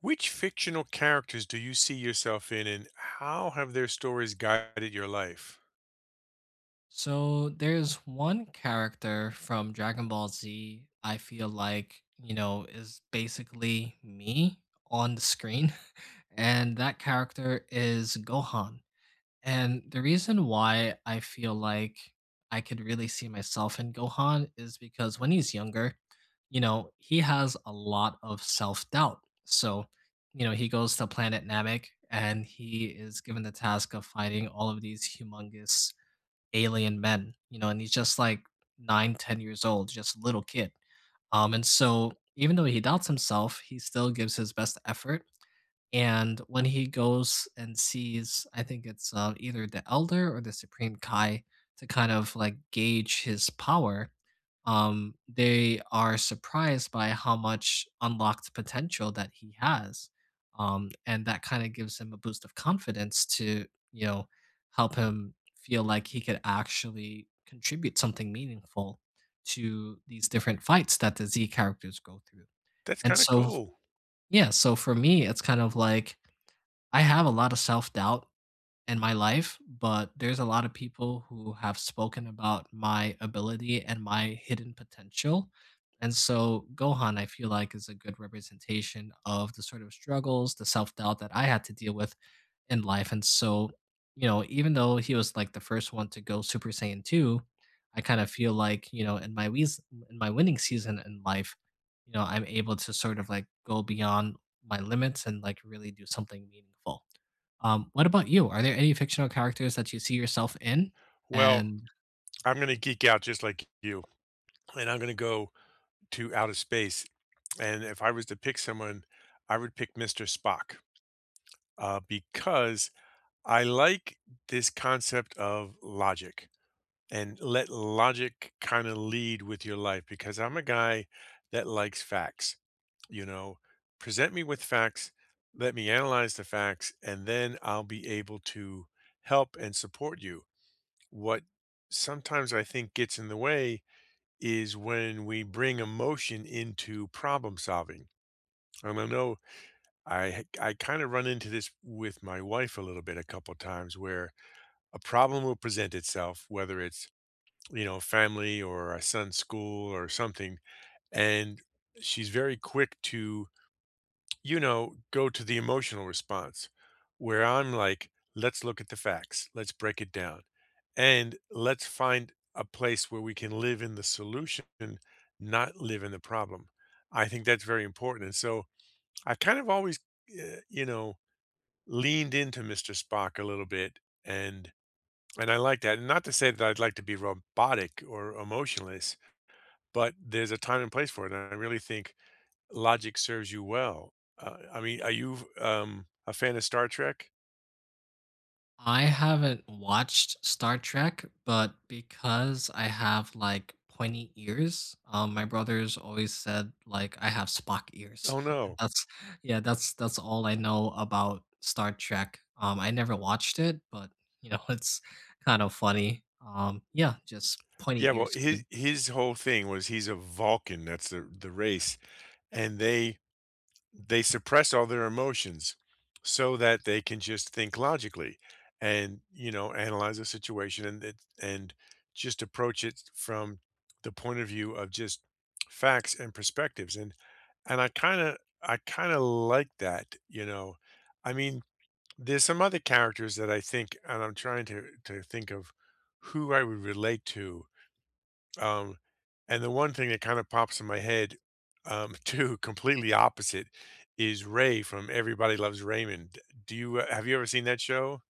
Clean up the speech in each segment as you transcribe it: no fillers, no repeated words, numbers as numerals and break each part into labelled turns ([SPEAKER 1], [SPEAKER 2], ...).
[SPEAKER 1] Which fictional characters do you see yourself in, and how have their stories guided your life?
[SPEAKER 2] So there's one character from Dragon Ball Z I feel like, you know, is basically me on the screen. And that character is Gohan. And the reason why I feel like I could really see myself in Gohan is because when he's younger, you know, he has a lot of self doubt. So, you know, he goes to planet Namek and he is given the task of fighting all of these humongous alien men, you know, and he's just like 9, 10 years old, just a little kid. And so even though he doubts himself, he still gives his best effort. And when he goes and sees, I think it's either the elder or the supreme Kai to kind of like gauge his power, they are surprised by how much unlocked potential that he has. And that kind of gives him a boost of confidence to, you know, help him feel like he could actually contribute something meaningful to these different fights that the Z characters go through.
[SPEAKER 1] That's
[SPEAKER 2] And
[SPEAKER 1] kind of
[SPEAKER 2] so,
[SPEAKER 1] cool.
[SPEAKER 2] yeah, so for me, it's kind of like I have a lot of self-doubt and my life, but there's a lot of people who have spoken about my ability and my hidden potential. And so Gohan, I feel like, is a good representation of the sort of struggles, the self doubt that I had to deal with in life. And so, you know, even though he was like the first one to go Super Saiyan 2, I kind of feel like, you know, in my winning season in life, you know, I'm able to sort of like go beyond my limits and like really do something meaningful. What about you? Are there any fictional characters that you see yourself in?
[SPEAKER 1] Well,
[SPEAKER 2] And
[SPEAKER 1] I'm going to geek out just like you, and I'm going to go to outer space. And if I was to pick someone, I would pick Mr. Spock because I like this concept of logic, and let logic kind of lead with your life because I'm a guy that likes facts. You know, present me with facts, let me analyze the facts, and then I'll be able to help and support you. What sometimes I think gets in the way is when we bring emotion into problem solving. And I know I kind of run into this with my wife a little bit a couple times where a problem will present itself, whether it's family or our son's school or something. And she's very quick to, you know, go to the emotional response where I'm like, let's look at the facts, let's break it down, and let's find a place where we can live in the solution, not live in the problem. I think that's very important. And so I kind of always, you know, leaned into Mr. Spock a little bit, and I like that. And not to say that I'd like to be robotic or emotionless, but there's a time and place for it, and I really think logic serves you well. I mean, are you a fan of Star Trek?
[SPEAKER 2] I haven't watched Star Trek, but because I have like pointy ears, my brothers always said like I have Spock ears,
[SPEAKER 1] Oh
[SPEAKER 2] and
[SPEAKER 1] no.
[SPEAKER 2] that's yeah, that's all I know about Star Trek. I never watched it, but you know it's kind of funny. Yeah, just
[SPEAKER 1] Yeah,
[SPEAKER 2] pointy
[SPEAKER 1] well,
[SPEAKER 2] ears.
[SPEAKER 1] his whole thing was he's a Vulcan. That's the race, and they suppress all their emotions so that they can just think logically and, you know, analyze a situation. And it, and just approach it from the point of view of just facts and perspectives. And I kinda like that, you know? I mean, there's some other characters that I think, and I'm trying to think of who I would relate to, um, and the one thing that kinda pops in my head, too, completely opposite, is Ray from Everybody Loves Raymond. Do you have you ever seen that show?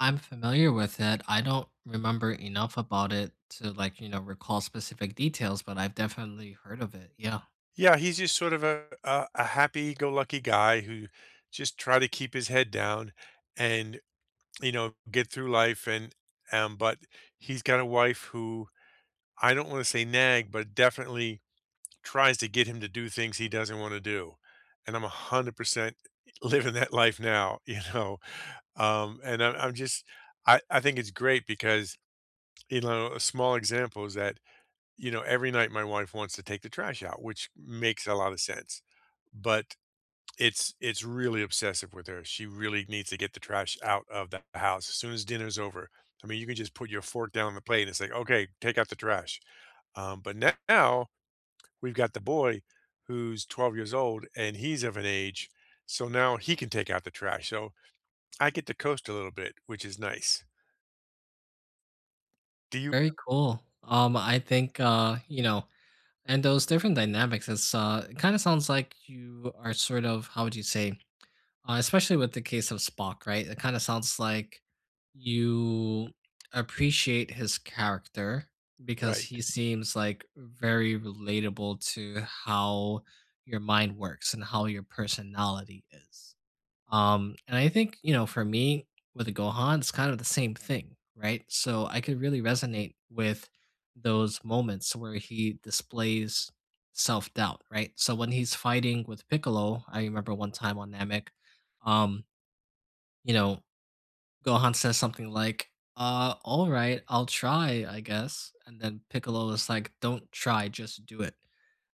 [SPEAKER 2] I'm familiar with it. I don't remember enough about it to like, you know, recall specific details, but I've definitely heard of it. Yeah.
[SPEAKER 1] Yeah, he's just sort of a happy-go-lucky guy who just try to keep his head down and, you know, get through life. And But he's got a wife who, I don't want to say nag, but definitely tries to get him to do things he doesn't want to do. And I'm 100% living that life now, you know. And I'm just, I think it's great because, you know, a small example is that, you know, every night my wife wants to take the trash out, which makes a lot of sense. But it's really obsessive with her. She really needs to get the trash out of the house as soon as dinner's over. I mean, you can just put your fork down on the plate and it's like, "Okay, take out the trash." But n now we've got the boy who's 12 years old, and he's of an age, so now he can take out the trash. So I get to coast a little bit, which is nice. Do you
[SPEAKER 2] Very cool. I think you know, and those different dynamics, it's it kind of sounds like you are sort of, how would you say, Especially with the case of Spock, right? It kind of sounds like you appreciate his character because he
[SPEAKER 1] right,
[SPEAKER 2] seems like very relatable to how your mind works and how your personality is. And I think, you know, for me with the Gohan, it's kind of the same thing, right? So I could really resonate with those moments where he displays self doubt, right? So when he's fighting with Piccolo, I remember one time on Namek, um, you know, Gohan says something like, all right, I'll try, I guess. And then Piccolo is like, don't try, just do it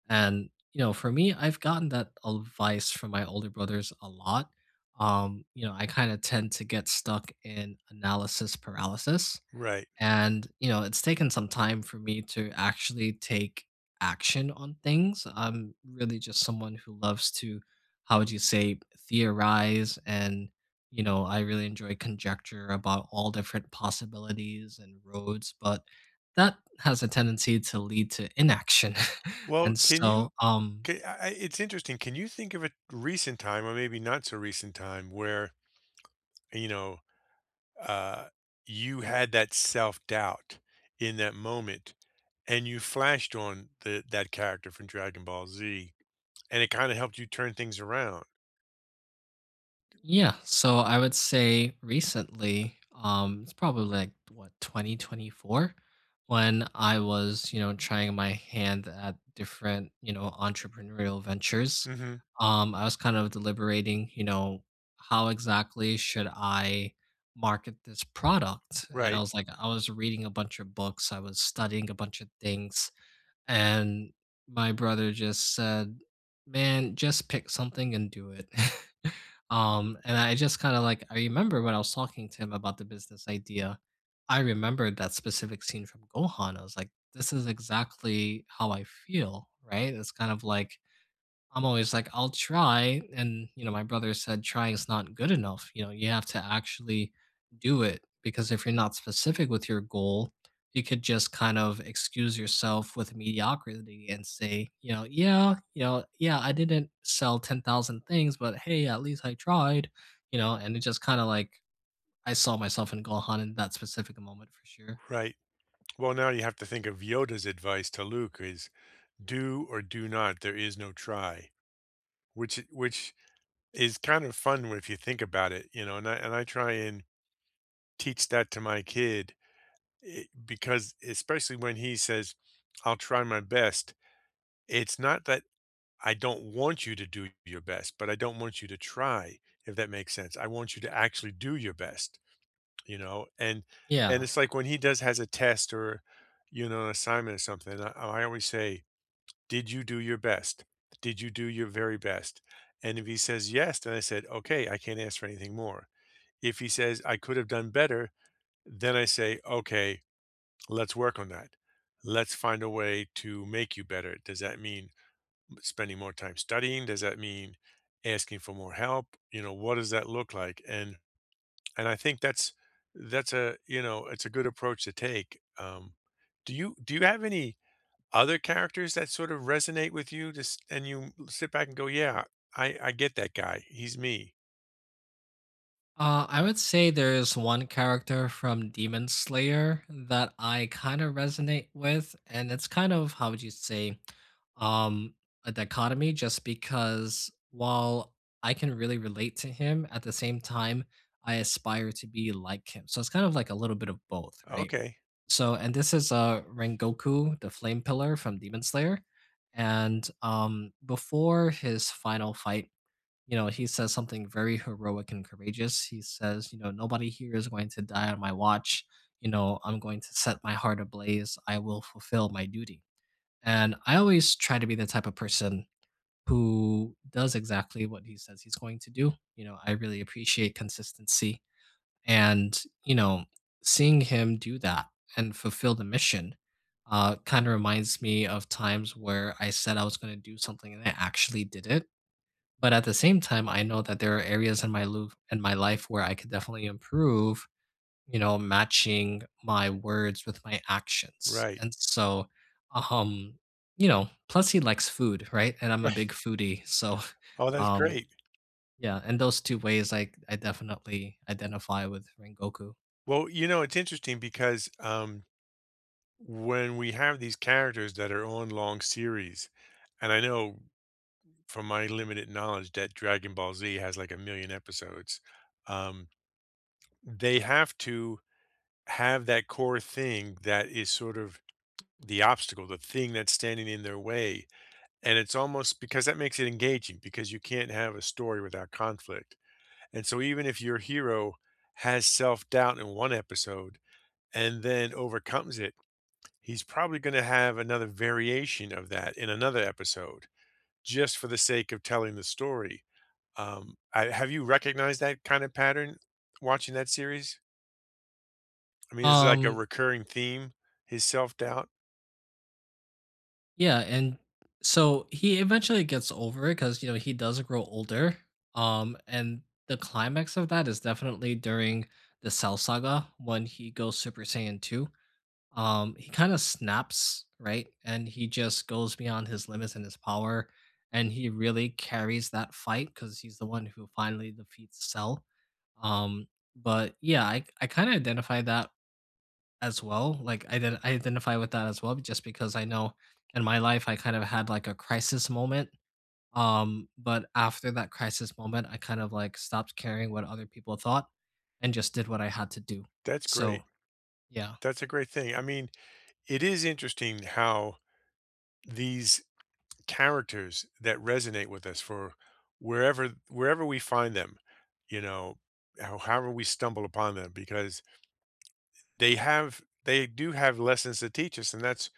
[SPEAKER 2] and, you know, for me, I've gotten that advice from my older brothers a lot. You know, I kind of tend to get stuck in analysis paralysis.
[SPEAKER 1] right.
[SPEAKER 2] And, you know, it's taken some time for me to actually take action on things. I'm really just someone who loves to, how would you say, theorize and, you know, I really enjoy conjecture about all different possibilities and roads, but that has a tendency to lead to inaction.
[SPEAKER 1] Well,
[SPEAKER 2] and
[SPEAKER 1] can
[SPEAKER 2] so,
[SPEAKER 1] you
[SPEAKER 2] um,
[SPEAKER 1] ca I it's interesting. Can you think of a recent time, or maybe not so recent time, where, you know, uh, you had that self doubt in that moment, and you flashed on that character from Dragon Ball Z, and it kind of helped you turn things around.
[SPEAKER 2] Yeah, so I would say recently, it's probably like what 2024 when I was, you know, trying my hand at different, you know, entrepreneurial ventures.
[SPEAKER 1] Hmm.
[SPEAKER 2] I was kind of deliberating, you know, how exactly should I market this product? And I
[SPEAKER 1] Right,
[SPEAKER 2] was like, I was reading a bunch of books, I was studying a bunch of things, and my brother just said, "Man, just pick something and do it." And I just kind of like I remember when I was talking to him about the business idea, I remembered that specific scene from Gohan. I was like, "This is exactly how I feel." Right? It's kind of like I'm always like, I'll try. And, you know, my brother said, trying's not good enough. You know, you have to actually do it because if you're not specific with your goal, you could just kind of excuse yourself with mediocrity and say, you know, yeah, I didn't sell 10,000 things, but hey, at least I tried, you know, and it just kind of like I saw myself in Gohan in that specific moment for sure.
[SPEAKER 1] right. Well, now you have to think of Yoda's advice to Luke is do or do not. There is no try, which is kind of fun if you think about it, you know. And I try and teach that to my kid, because especially when he says, "I'll try my best," it's not that I don't want you to do your best, but I don't want you to try, if that makes sense. I want you to actually do your best, you know? And
[SPEAKER 2] Yeah.
[SPEAKER 1] it's like when he does has a test or, you know, an assignment or something, I always say, "Did you do your best? Did you do your very best?" And if he says yes, then I said, "Okay, I can't ask for anything more." If he says I could have done better, then I say, "Okay, let's work on that. Let's find a way to make you better." Does that mean spending more time studying? Does that mean asking for more help? You know, what does that look like? And I think that's a you know it's a good approach to take. Do you have any other characters that sort of resonate with you? Just and you sit back and go, yeah, I get that guy. He's me.
[SPEAKER 2] I would say there's one character from Demon Slayer that I kind of resonate with, and it's kind of how would you say, um, a dichotomy. Just because while I can really relate to him, at the same time I aspire to be like him. So it's kind of like a little bit of both, right?
[SPEAKER 1] Okay,
[SPEAKER 2] So, and this is Rengoku, the Flame Pillar from Demon Slayer, and before his final fight. You know, he says something very heroic and courageous. He says, you know, nobody here is going to die on my watch. You know, I'm going to set my heart ablaze. I will fulfill my duty. And I always try to be the type of person who does exactly what he says he's going to do. You know, I really appreciate consistency. And, you know, seeing him do that and fulfill the mission kind of reminds me of times where I said I was going to do something and I actually did it but at the same time, I know that there are areas in my life where I could definitely improve, you know, matching my words with my actions.
[SPEAKER 1] right,
[SPEAKER 2] Um, you know, plus he likes food, right? And I'm a
[SPEAKER 1] right.
[SPEAKER 2] big foodie. So,
[SPEAKER 1] Oh, that's
[SPEAKER 2] um,
[SPEAKER 1] great.
[SPEAKER 2] yeah, and those two ways I definitely identify with Rengoku.
[SPEAKER 1] Well, you know, it's interesting because, when we have these characters that are on long series, and I know from my limited knowledge that Dragon Ball Z has like a million episodes. Um, they have to have that core thing that is sort of the obstacle, the thing that's standing in their way. And it's almost because that makes it engaging because you can't have a story without conflict. And so even if your hero has self doubt in one episode and then overcomes it, he's probably going to have another variation of that in another episode just for the sake of telling the story. I have you recognized that kind of pattern watching that series? I mean, it's like a
[SPEAKER 2] Um
[SPEAKER 1] recurring theme, his self-doubt?
[SPEAKER 2] Yeah, and so he eventually gets over it because you know he does grow older. And the climax of that is definitely during the Cell Saga when he goes Super Saiyan 2. He kind of snaps, right? And he just goes beyond his limits and his power, and he really carries that fight because he's the one who finally defeats Cell. Um, but yeah, I kind of identify that as well, like, I identify with that as well just because I know in my life I kind of had, like, a crisis moment, but after that crisis moment, I kind of, like, stopped caring what other people thought and just did what I had to do.
[SPEAKER 1] That's
[SPEAKER 2] So,
[SPEAKER 1] great.
[SPEAKER 2] yeah.
[SPEAKER 1] That's a great thing. I mean, it is interesting how these characters that resonate with us for wherever we find them, you know, how- however we stumble upon them, because they do have lessons to teach us, and that's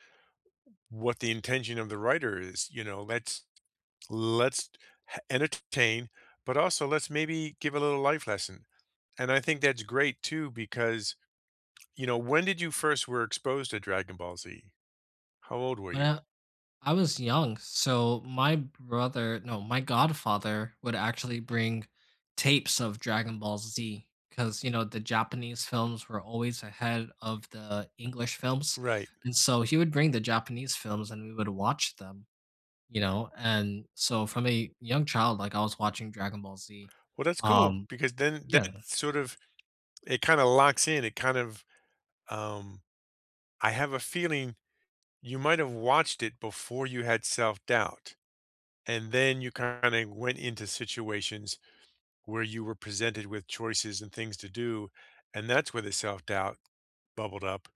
[SPEAKER 1] what the intention of the writer is. You know, let's — let's h entertain, but also let's maybe give a little life lesson. And I think that's great too because, you know, when did you first were exposed to Dragon Ball Z? How old were
[SPEAKER 2] But,
[SPEAKER 1] you?
[SPEAKER 2] uh I was young, so my brother, no, my godfather would actually bring tapes of Dragon Ball Z because, you know, the Japanese films were always ahead of the English films.
[SPEAKER 1] Right.
[SPEAKER 2] And so he would bring the Japanese films and we would watch them, you know. And so from a young child, like I was watching Dragon Ball Z.
[SPEAKER 1] Well, that's cool
[SPEAKER 2] Um,
[SPEAKER 1] because then
[SPEAKER 2] yeah,
[SPEAKER 1] that sort of it kinda locks in, it kind of, um I have a feeling you might have watched it before you had self-doubt, and then you kinda went into situations where you were presented with choices and things to do, and that's where the self-doubt bubbled up,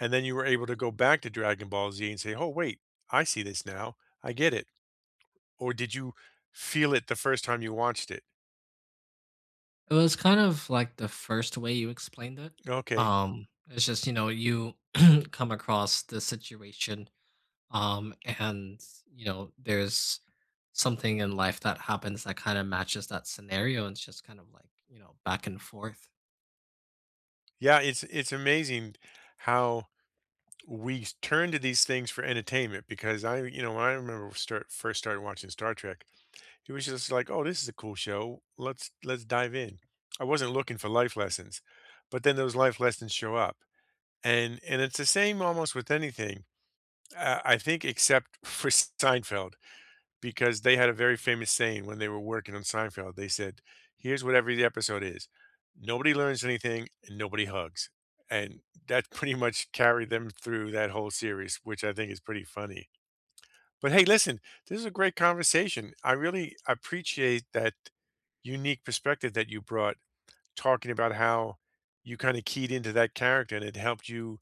[SPEAKER 1] and then you were able to go back to Dragon Ball Z and say, "Oh, wait, I see this now. I get it." Or did you feel it the first time you watched it?
[SPEAKER 2] it was kind of like the first way you explained it.
[SPEAKER 1] Okay.
[SPEAKER 2] It's just, you know, you come across the situation Um, and you know, there's something in life that happens that kind of matches that scenario, and it's just kind of like you know back and forth.
[SPEAKER 1] Yeah, it's amazing how we s- turn to these things for entertainment because I, you know, when I remember start, first started watching Star Trek, it was just like, "Oh, this is a cool show. Let's dive in." I wasn't looking for life lessons, but then those life lessons show up. And it's the same almost with anything, I think except for Seinfeld, because they had a very famous saying when they were working on Seinfeld. They said, "Here's what every episode is. Nobody learns anything and nobody hugs." And that pretty much carried them through that whole series, which I think is pretty funny. But hey, listen, this is a great conversation. I really appreciate that unique perspective that you brought, talking about how you kinda keyed into that character and it helped you,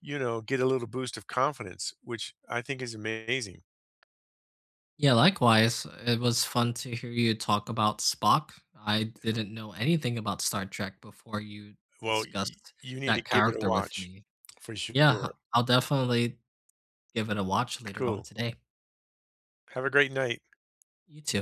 [SPEAKER 1] you know, get a little boost of confidence, which I think is amazing.
[SPEAKER 2] Yeah, likewise, it was fun to hear you talk about Spock. I didn't know anything about Star Trek before you
[SPEAKER 1] Well, y
[SPEAKER 2] discussed
[SPEAKER 1] you need to
[SPEAKER 2] that
[SPEAKER 1] give it a
[SPEAKER 2] character with
[SPEAKER 1] watch
[SPEAKER 2] me.
[SPEAKER 1] for
[SPEAKER 2] Yeah,
[SPEAKER 1] sure.
[SPEAKER 2] I'll definitely give it a watch later on
[SPEAKER 1] Cool.
[SPEAKER 2] today.
[SPEAKER 1] Have a great night.
[SPEAKER 2] You too.